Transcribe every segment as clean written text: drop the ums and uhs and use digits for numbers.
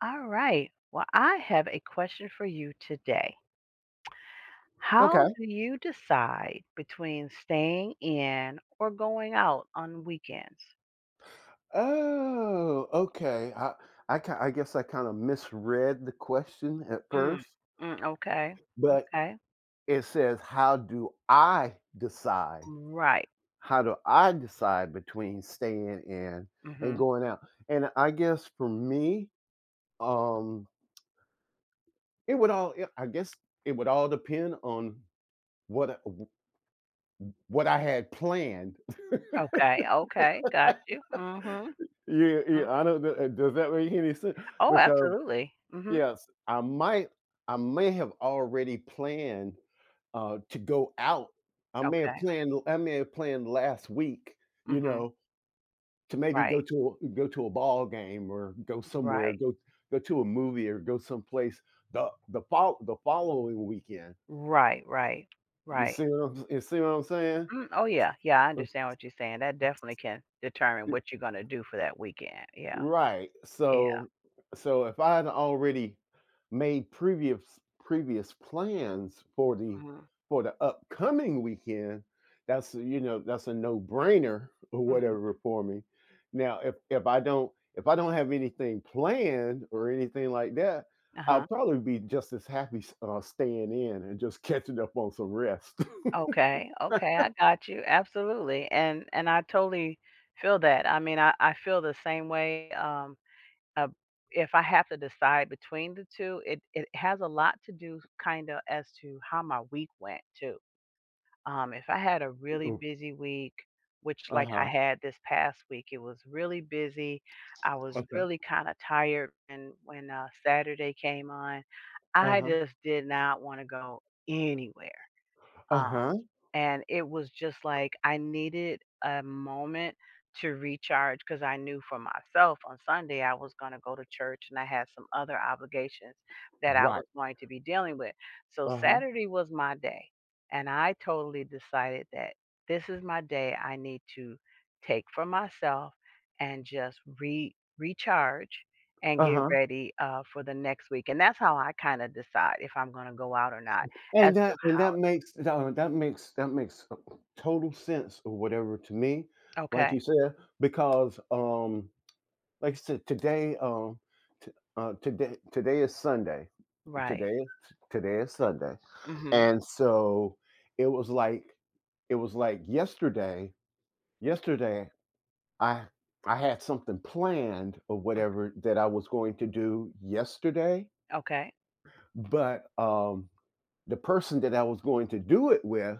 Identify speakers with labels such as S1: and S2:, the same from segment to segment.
S1: All right. Well, I have a question for you today. How
S2: Okay.
S1: do you decide between staying in or going out on weekends?
S2: Oh, okay. I ki I guess I kinda misread the question at
S1: Mm,
S2: first,
S1: mm, okay.
S2: but
S1: Okay.
S2: it says, "How do I decide?
S1: Right.
S2: How do I decide between staying in and
S1: Hmm.
S2: going out?" And I guess for me, um, it would all yeah, I guess it would all depend on what I w what I had planned.
S1: Okay. Okay. Got you. Hmm.
S2: Yeah,
S1: Hmm.
S2: yeah, I don't know, does that make any sense?
S1: Oh,
S2: Because
S1: absolutely. Hmm.
S2: yes, I might I may have already planned to go out.
S1: Okay.
S2: I may have planned last week, you
S1: Hmm.
S2: know, to maybe
S1: Right.
S2: go to a ball game or go somewhere,
S1: Right.
S2: go to a movie or go someplace the following weekend.
S1: Right. Right. Right.
S2: You see what I'm saying?
S1: Mm, oh, yeah. Yeah. I understand what you're saying. That definitely can determine what you're going to do for that weekend. Yeah.
S2: Right.
S1: Yeah.
S2: So so if I had already made previous plans
S1: Hmm.
S2: for the upcoming weekend, you know, that's a no-brainer or whatever for me. Now, if I don't have anything planned or anything like that, I'll
S1: Uh-huh.
S2: probably be just as happy staying in and just catching up on some rest.
S1: Okay, okay, I got you, absolutely, and I totally feel that, I mean, I feel the same way, uh, if I have to decide between the 2, it has a lot to do kinda as to how my week went too. If I had a really
S2: Oh,
S1: busy week, which like I
S2: uh-huh.
S1: had this past week, it was really busy, I was
S2: Okay.
S1: really kinda tired, and when Saturday came on, I
S2: Uh-huh.
S1: just did not wanna go anywhere, um
S2: Uh-huh.
S1: and it was just like I needed a moment to recharge because I knew for myself on Sunday I was going to go to church and I had some other obligations that I
S2: Right.
S1: was going to be dealing with. So
S2: Uh-huh.
S1: Saturday was my day, and I totally decided that this is my day I need to take for myself and just re recharge and get
S2: Uh-huh.
S1: ready for the next week. And that's how I kind of decide if I'm going to go out or not as
S2: And
S1: to
S2: that and
S1: how.
S2: that makes that makes total sense or whatever to me, like
S1: Okay,
S2: you said, because, like I said, today, t today is Sunday.
S1: right.
S2: Today is Sunday,
S1: Mhm.
S2: and so it was like yesterday yesterday, I I had something planned or
S1: Mm,
S2: whatever that I was going to do yesterday,
S1: okay.
S2: but, the person that I was going to do it with,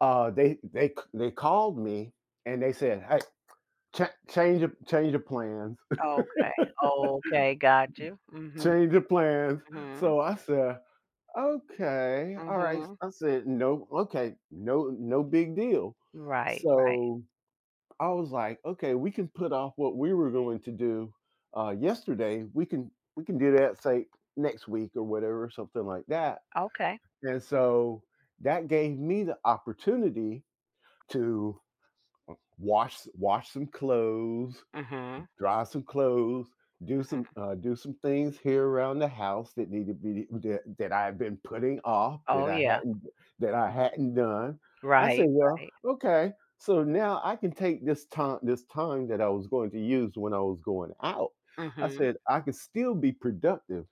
S2: They called me and they said, "Hey, change your plans,
S1: Okay. Okay, got you. Mhm,
S2: change your plans."
S1: mhm,
S2: So I said, "Okay, all right."
S1: mhm.
S2: I said, "No, okay, no, no big deal."
S1: Right, right.
S2: So I was like, "Okay, we can put off what we were going to do yesterday. We can do that say next week or whatever, something like that."
S1: Okay.
S2: And so that gave me the opportunity to wash some clothes,
S1: Mhm,
S2: dry some clothes,
S1: mhm.
S2: do some things here around the house that need to be that, that I've been putting off that
S1: Oh,
S2: I
S1: yeah.
S2: hadn't
S1: Mhm.
S2: done. I said,
S1: Right,
S2: well,
S1: right.
S2: okay, so now I can take this time that I was going to use when I was going out. I
S1: Mhm.
S2: said I could still be productive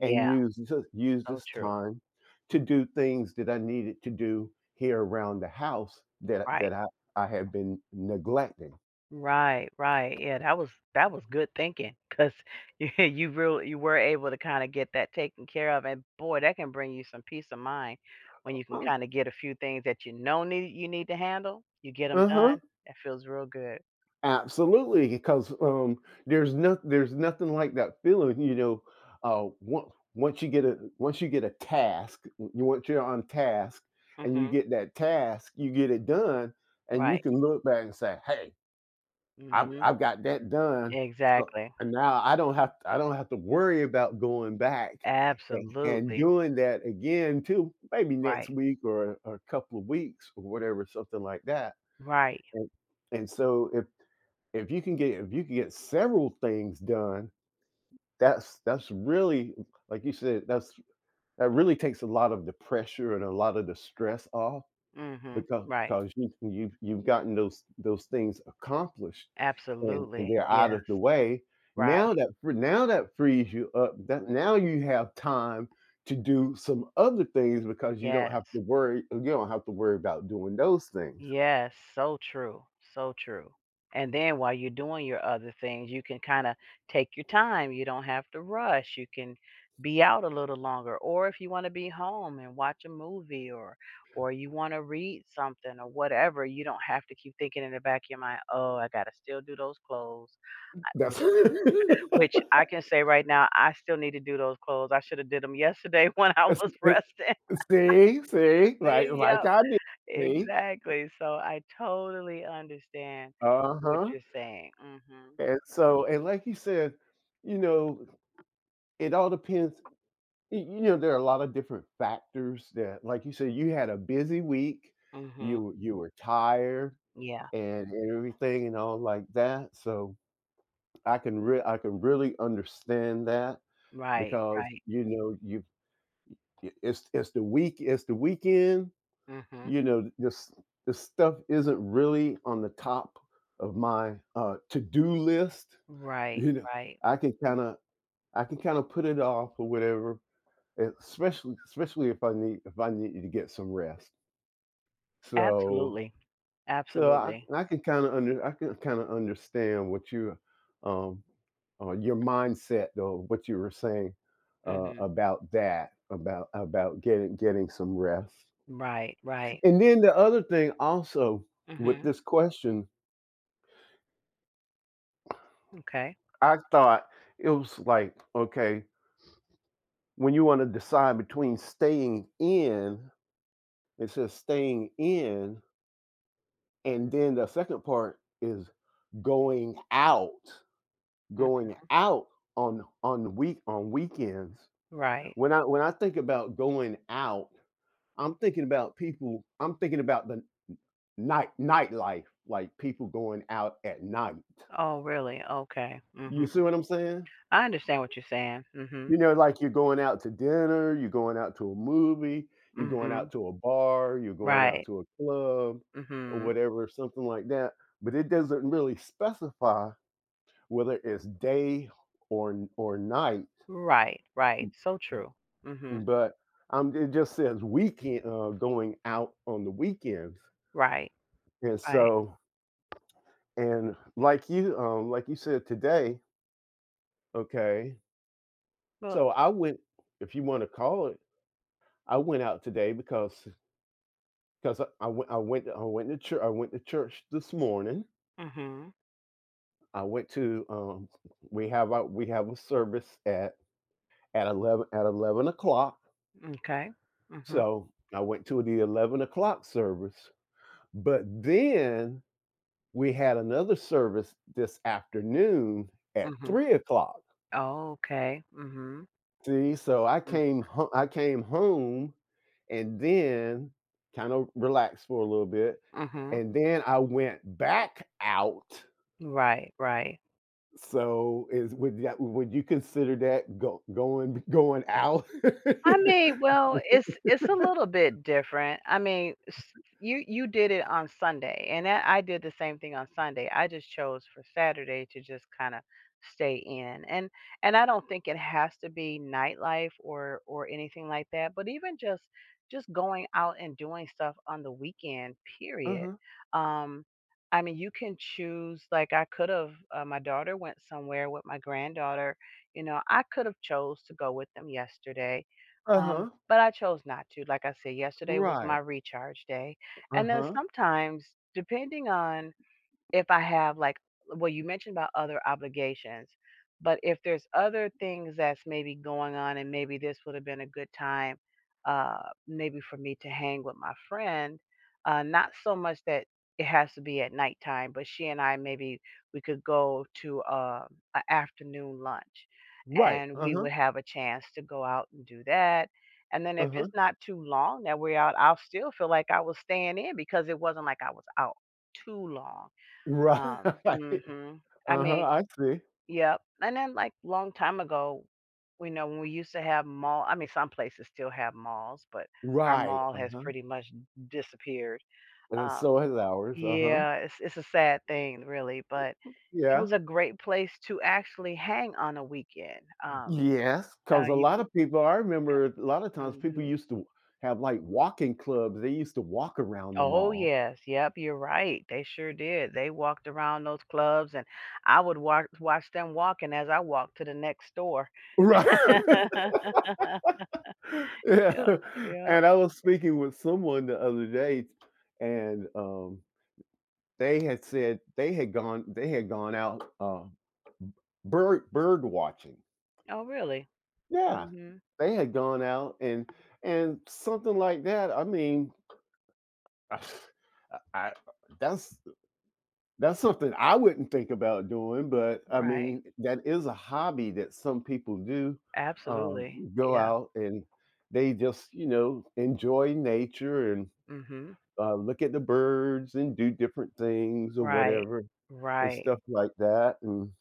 S2: and use
S1: so
S2: this
S1: true.
S2: time to
S1: Mhm.
S2: do things that I needed to do here around the house that
S1: Right.
S2: I had been neglecting.
S1: Right, right. Yeah, that was good thinking, 'cause you were able to kinda get that taken care of, and boy, that can bring you some peace of mind when you can kinda get a few things that you know need you need to handle, you get them
S2: Uh huh.
S1: done. That feels real good.
S2: Absolutely, because, there's no, there's nothing like that feeling, you know. Once you get a once you get a task, you once you're on task, and you
S1: Mhm.
S2: get that task, you get it done, and you
S1: Right.
S2: can look back and say, "Hey,
S1: Mhm.
S2: I've got that done." So
S1: Exactly.
S2: and now I don't have to worry about going back and
S1: Absolutely.
S2: doing that again too. Maybe next
S1: Right.
S2: week or a couple of weeks or whatever, something like that.
S1: Right.
S2: And, and so if if you can get several things done, that's really, like you said, that's that really takes a lot of the pressure and a lot of the stress off
S1: Mhm.
S2: because
S1: Right.
S2: you've gotten those things accomplished and
S1: Absolutely.
S2: they're out of the
S1: Yes.
S2: way. Now
S1: Right.
S2: now that frees you up, that now you have time to do some other things because you don't
S1: Yes.
S2: have to worry about doing those things.
S1: Yes. So true. So true. And then while you're doing your other things, you can kinda take your time. You don't have to rush. You can be out a little longer, or if you wanna be home and watch a movie or you wanna read something or whatever, you don't have to keep thinking in the back of your mind, "Oh, I gotta still do those clothes."
S2: That's
S1: Which I can say right now, I still need to do those clothes. I shoulda did them yesterday when I
S2: It's
S1: was
S2: it
S1: resting.
S2: see, see,
S1: See,
S2: like
S1: yep,
S2: I did, see,
S1: exactly. So I totally understand what
S2: uh-huh,
S1: you're saying. Mm.
S2: and so and like you said, you know, it all depends y you know, there are a lot of different factors that, like you said, you had a busy week,
S1: Mhm, mm mhm.
S2: you were tired
S1: Yeah,
S2: and everything and all like that, so I can really understand that
S1: right,
S2: because,
S1: right.
S2: you know, you it's the week it's the weekend,
S1: Mm. Mhm.
S2: you know, this stuff isn't really on the top of my, to-do list.
S1: Right,
S2: You know,
S1: right.
S2: I can kind of I can kind of put it off or whatever, eh, especially if I need to get some rest. So
S1: Absolutely.
S2: so
S1: Absolutely.
S2: I can kind of under I can kind of understand what you, um your mindset or what you were saying,
S1: Mm. Mhm.
S2: about that about getting some rest.
S1: Right, right.
S2: And then the other thing also
S1: Mm.
S2: with
S1: Mhm.
S2: this question,
S1: Okay.
S2: I thought it was like, okay, when you wanna decide between staying in, it says staying in, and then the second part is going out,
S1: Mhm.
S2: going out on week on weekends.
S1: Right.
S2: When I think about going out, I'm thinking about the nightlife, like people going out at night.
S1: Oh, really? Okay. Mm.
S2: You
S1: Mhm.
S2: see what I'm saying?
S1: I understand what you're saying. Mm. Mhm,
S2: You know, like you're going out to dinner, you're going out to a movie,
S1: mm
S2: you're going out
S1: mhm.
S2: to a bar, you're going out
S1: Right.
S2: to a club
S1: Mm.
S2: or
S1: Mhm.
S2: whatever, something like that, but it doesn't really specify whether it's day or night,
S1: Right, right, so true. Mhm.
S2: but, it just says weekend, going out on the weekends,
S1: Right,
S2: and
S1: right.
S2: so and like you said today, okay,
S1: Well,
S2: so I went, if you wanna call it, I went out today because 'cause I went to church. I went to church this morning.
S1: mhm,
S2: I went to, we have a service at 11 at 11 o'clock,
S1: m'kay. Mhm,
S2: so I went to the 11 o'clock service, but then we had another service this afternoon at
S1: mhm.
S2: 3 o'clock.
S1: Okay. Mhm,
S2: See, so
S1: mm,
S2: I came home and then kind of relaxed for a little bit,
S1: mhm.
S2: and then I went back out.
S1: Right, right.
S2: So is would that would you consider that go going going out?
S1: I mean, well, it's a little bit different. I mean, you did it on Sunday, and that, I did the same thing on Sunday. I just chose for Saturday to just kind of stay in, and I don't think it has to be nightlife or anything like that. But even just going out and doing stuff on the weekend, period.
S2: Uh-huh,
S1: Um, I mean, you can choose. Like I could have, my daughter went somewhere with my granddaughter. You know, I could have chose to go with them yesterday,
S2: uh-huh,
S1: but I chose not to. Like I said, yesterday was my
S2: right,
S1: recharge day. And then
S2: uh-huh,
S1: sometimes, depending on if I have, like, well, you mentioned about other obligations, but if there's other things that's maybe going on, and maybe this would have been a good time maybe for me to hang with my friend, not so much that it has to be at nighttime, but she and I maybe we could go to an afternoon lunch,
S2: right,
S1: and we
S2: uh-huh,
S1: would have a chance to go out and do that. And then if
S2: uh-huh,
S1: it's not too long that we're out, I'll still feel like I was staying in because it wasn't like I was out too long.
S2: right,
S1: Mhm. I
S2: uh-huh,
S1: mean,
S2: I see,
S1: yep. And then, like, long time ago, we know when we used to have mall, I mean, some places still have malls, but our
S2: right,
S1: mall has
S2: uh-huh,
S1: pretty much disappeared.
S2: and
S1: Um,
S2: so has ours, uh-huh.
S1: yeah, it's a sad thing, really, but it
S2: Yeah.
S1: was a great place to actually hang on a weekend.
S2: Yes. Because a
S1: You
S2: lot of people, I remember a lot of times people
S1: Mhm.
S2: used to have, like, walking clubs. They used to walk around the
S1: Oh,
S2: mall.
S1: yes. Yep, you're right. They sure did. They walked around those clubs, and I would walk watch them walking as I walked to the next door.
S2: Right.
S1: Yep,
S2: Yeah,
S1: yep.
S2: and I was speaking with someone the other day, and, they had said they had gone out, bird watching.
S1: Oh, really?
S2: Yeah.
S1: Mhm.
S2: They had gone out and something like that, I mean, I I that's That's something I wouldn't think about doing, but I
S1: Right.
S2: mean, that is a hobby that some people do. Um,
S1: Absolutely.
S2: go
S1: Yeah.
S2: out and they just, you know, enjoy nature and,
S1: Mhm.
S2: look at the birds and do different things or
S1: Right.
S2: whatever and
S1: Right.
S2: stuff like that.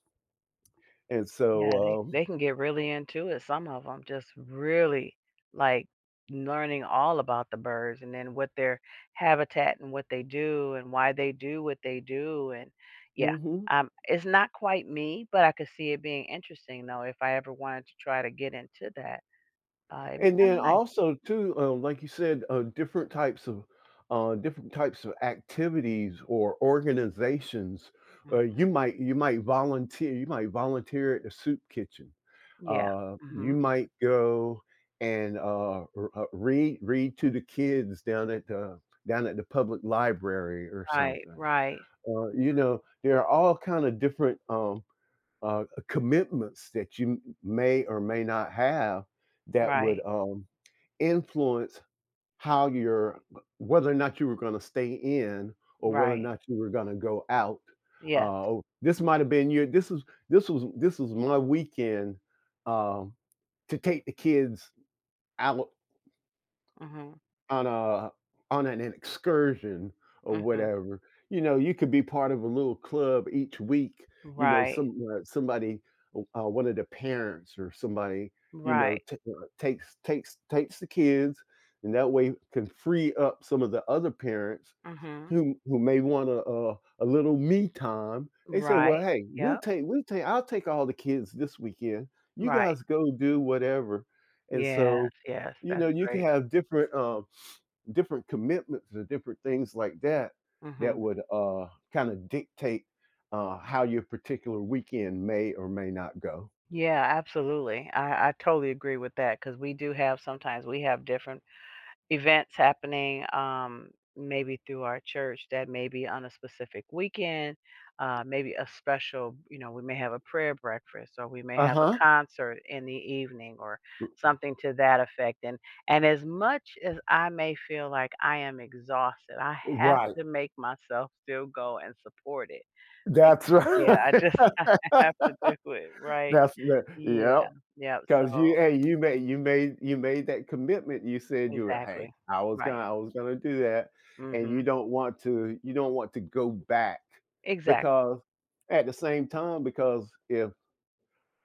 S2: And so,
S1: Yeah, they they can get really into it, some of them just really, like, learning all about the birds and then what their habitat and what they do and why they do what they do, and yeah,
S2: mhm.
S1: it's not quite me, but I could see it being interesting, though, if I ever wanted to try to get into that. It'd be
S2: And
S1: kinda
S2: then
S1: nice.
S2: also too, like you said, uh, different types of activities or organizations. Uh,
S1: Mhm.
S2: you might you might volunteer. You might volunteer at the soup kitchen.
S1: Yeah.
S2: You
S1: Mhm.
S2: might go and read to the kids down at the public library or
S1: Right,
S2: something.
S1: right.
S2: You
S1: Mhm.
S2: know, there are all kind of different, commitments that you may or may not have that would,
S1: Right,
S2: influence how you're whether or not you were gonna stay in or whether or
S1: right.
S2: not you were gonna go out.
S1: Yes.
S2: Oh, this might have been your this was my weekend, um, to take the kids out
S1: Mhm,
S2: on a on an excursion or
S1: mhm.
S2: whatever, you know, you could be part of a little club each week, you know,
S1: Right,
S2: some, one of the parents or somebody, you know,
S1: right.
S2: takes the kids, and that way can free up some of the other parents
S1: Mhm.
S2: who may want a little me time. They say, "Well,
S1: Right.
S2: hey,
S1: Yep.
S2: we'll take I'll take all the kids this weekend. You
S1: Right.
S2: guys go do whatever," and
S1: Yes,
S2: so
S1: yes,
S2: you know
S1: that's
S2: you can
S1: great.
S2: have different, different commitments or different things like that that
S1: Mhm.
S2: would, kind of dictate, how your particular weekend may or may not go.
S1: Yeah, absolutely. I totally agree with that because we do have, sometimes we have different events happening, maybe through our church that may be on a specific weekend. Maybe a special you know, we may have a prayer breakfast, or we may
S2: Uh
S1: have a
S2: huh.
S1: concert in the evening, or something to that effect, and as much as I may feel like I am exhausted, I have
S2: Right.
S1: to make myself still go and support it. Bec
S2: That's
S1: Yeah, I
S2: right.
S1: just I have to do it, right?
S2: That's the, yeah.
S1: Yeah, yep, so
S2: 'Cause you hey, you made that commitment, you said you were, "Hey,
S1: exactly, right,
S2: I was gonna do that," and
S1: mhm,
S2: you don't want to go back
S1: exactly,
S2: because at the same time, because if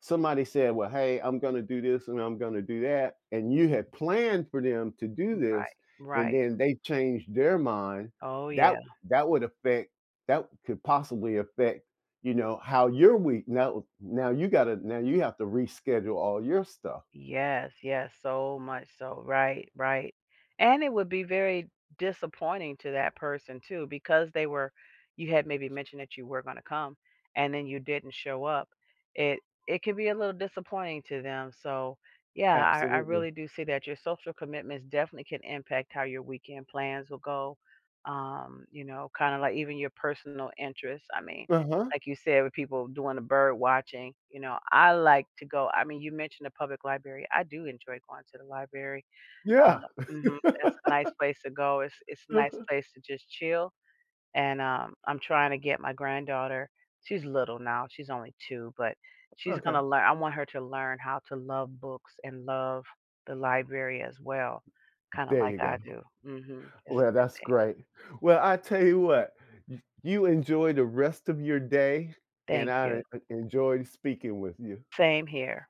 S2: somebody said, "Well, hey, I'm gonna do this and I'm gonna do that," and you had planned for them to do this,
S1: right,
S2: and
S1: right,
S2: then they changed their mind,
S1: oh,
S2: that
S1: yeah.
S2: that would affect that could possibly affect, you know, how your week now you gotta now you have to reschedule all your stuff.
S1: Yes, yes, so much so. Right, right. And it would be very disappointing to that person too, because they were you had maybe mentioned that you were gonna come and then you didn't show up. It it can be a little disappointing to them. So yeah, I
S2: Absolutely.
S1: really do see that your social commitments definitely can impact how your weekend plans will go. You know, kind of like even your personal interests. I mean,
S2: Uh-huh.
S1: like you said, with people doing the bird watching, you know, I like to go I mean, you mentioned the public library. I do enjoy going to the library. Uh,
S2: Yeah.
S1: mhm, that's a nice place to go. It's a nice
S2: Uh-huh.
S1: place to just chill, and, I'm trying to get my granddaughter, she's little now, she's only 2, but she's
S2: Okay.
S1: gonna learn I want her to learn how to love books and love the library as well, kinda
S2: There
S1: like
S2: you go.
S1: I do. Mhm, it's a
S2: Well,
S1: good
S2: that's
S1: thing.
S2: great. Well, I tell you what, y you enjoy the rest of your day, and
S1: Thank
S2: I
S1: you.
S2: en enjoyed speaking with you.
S1: Same here.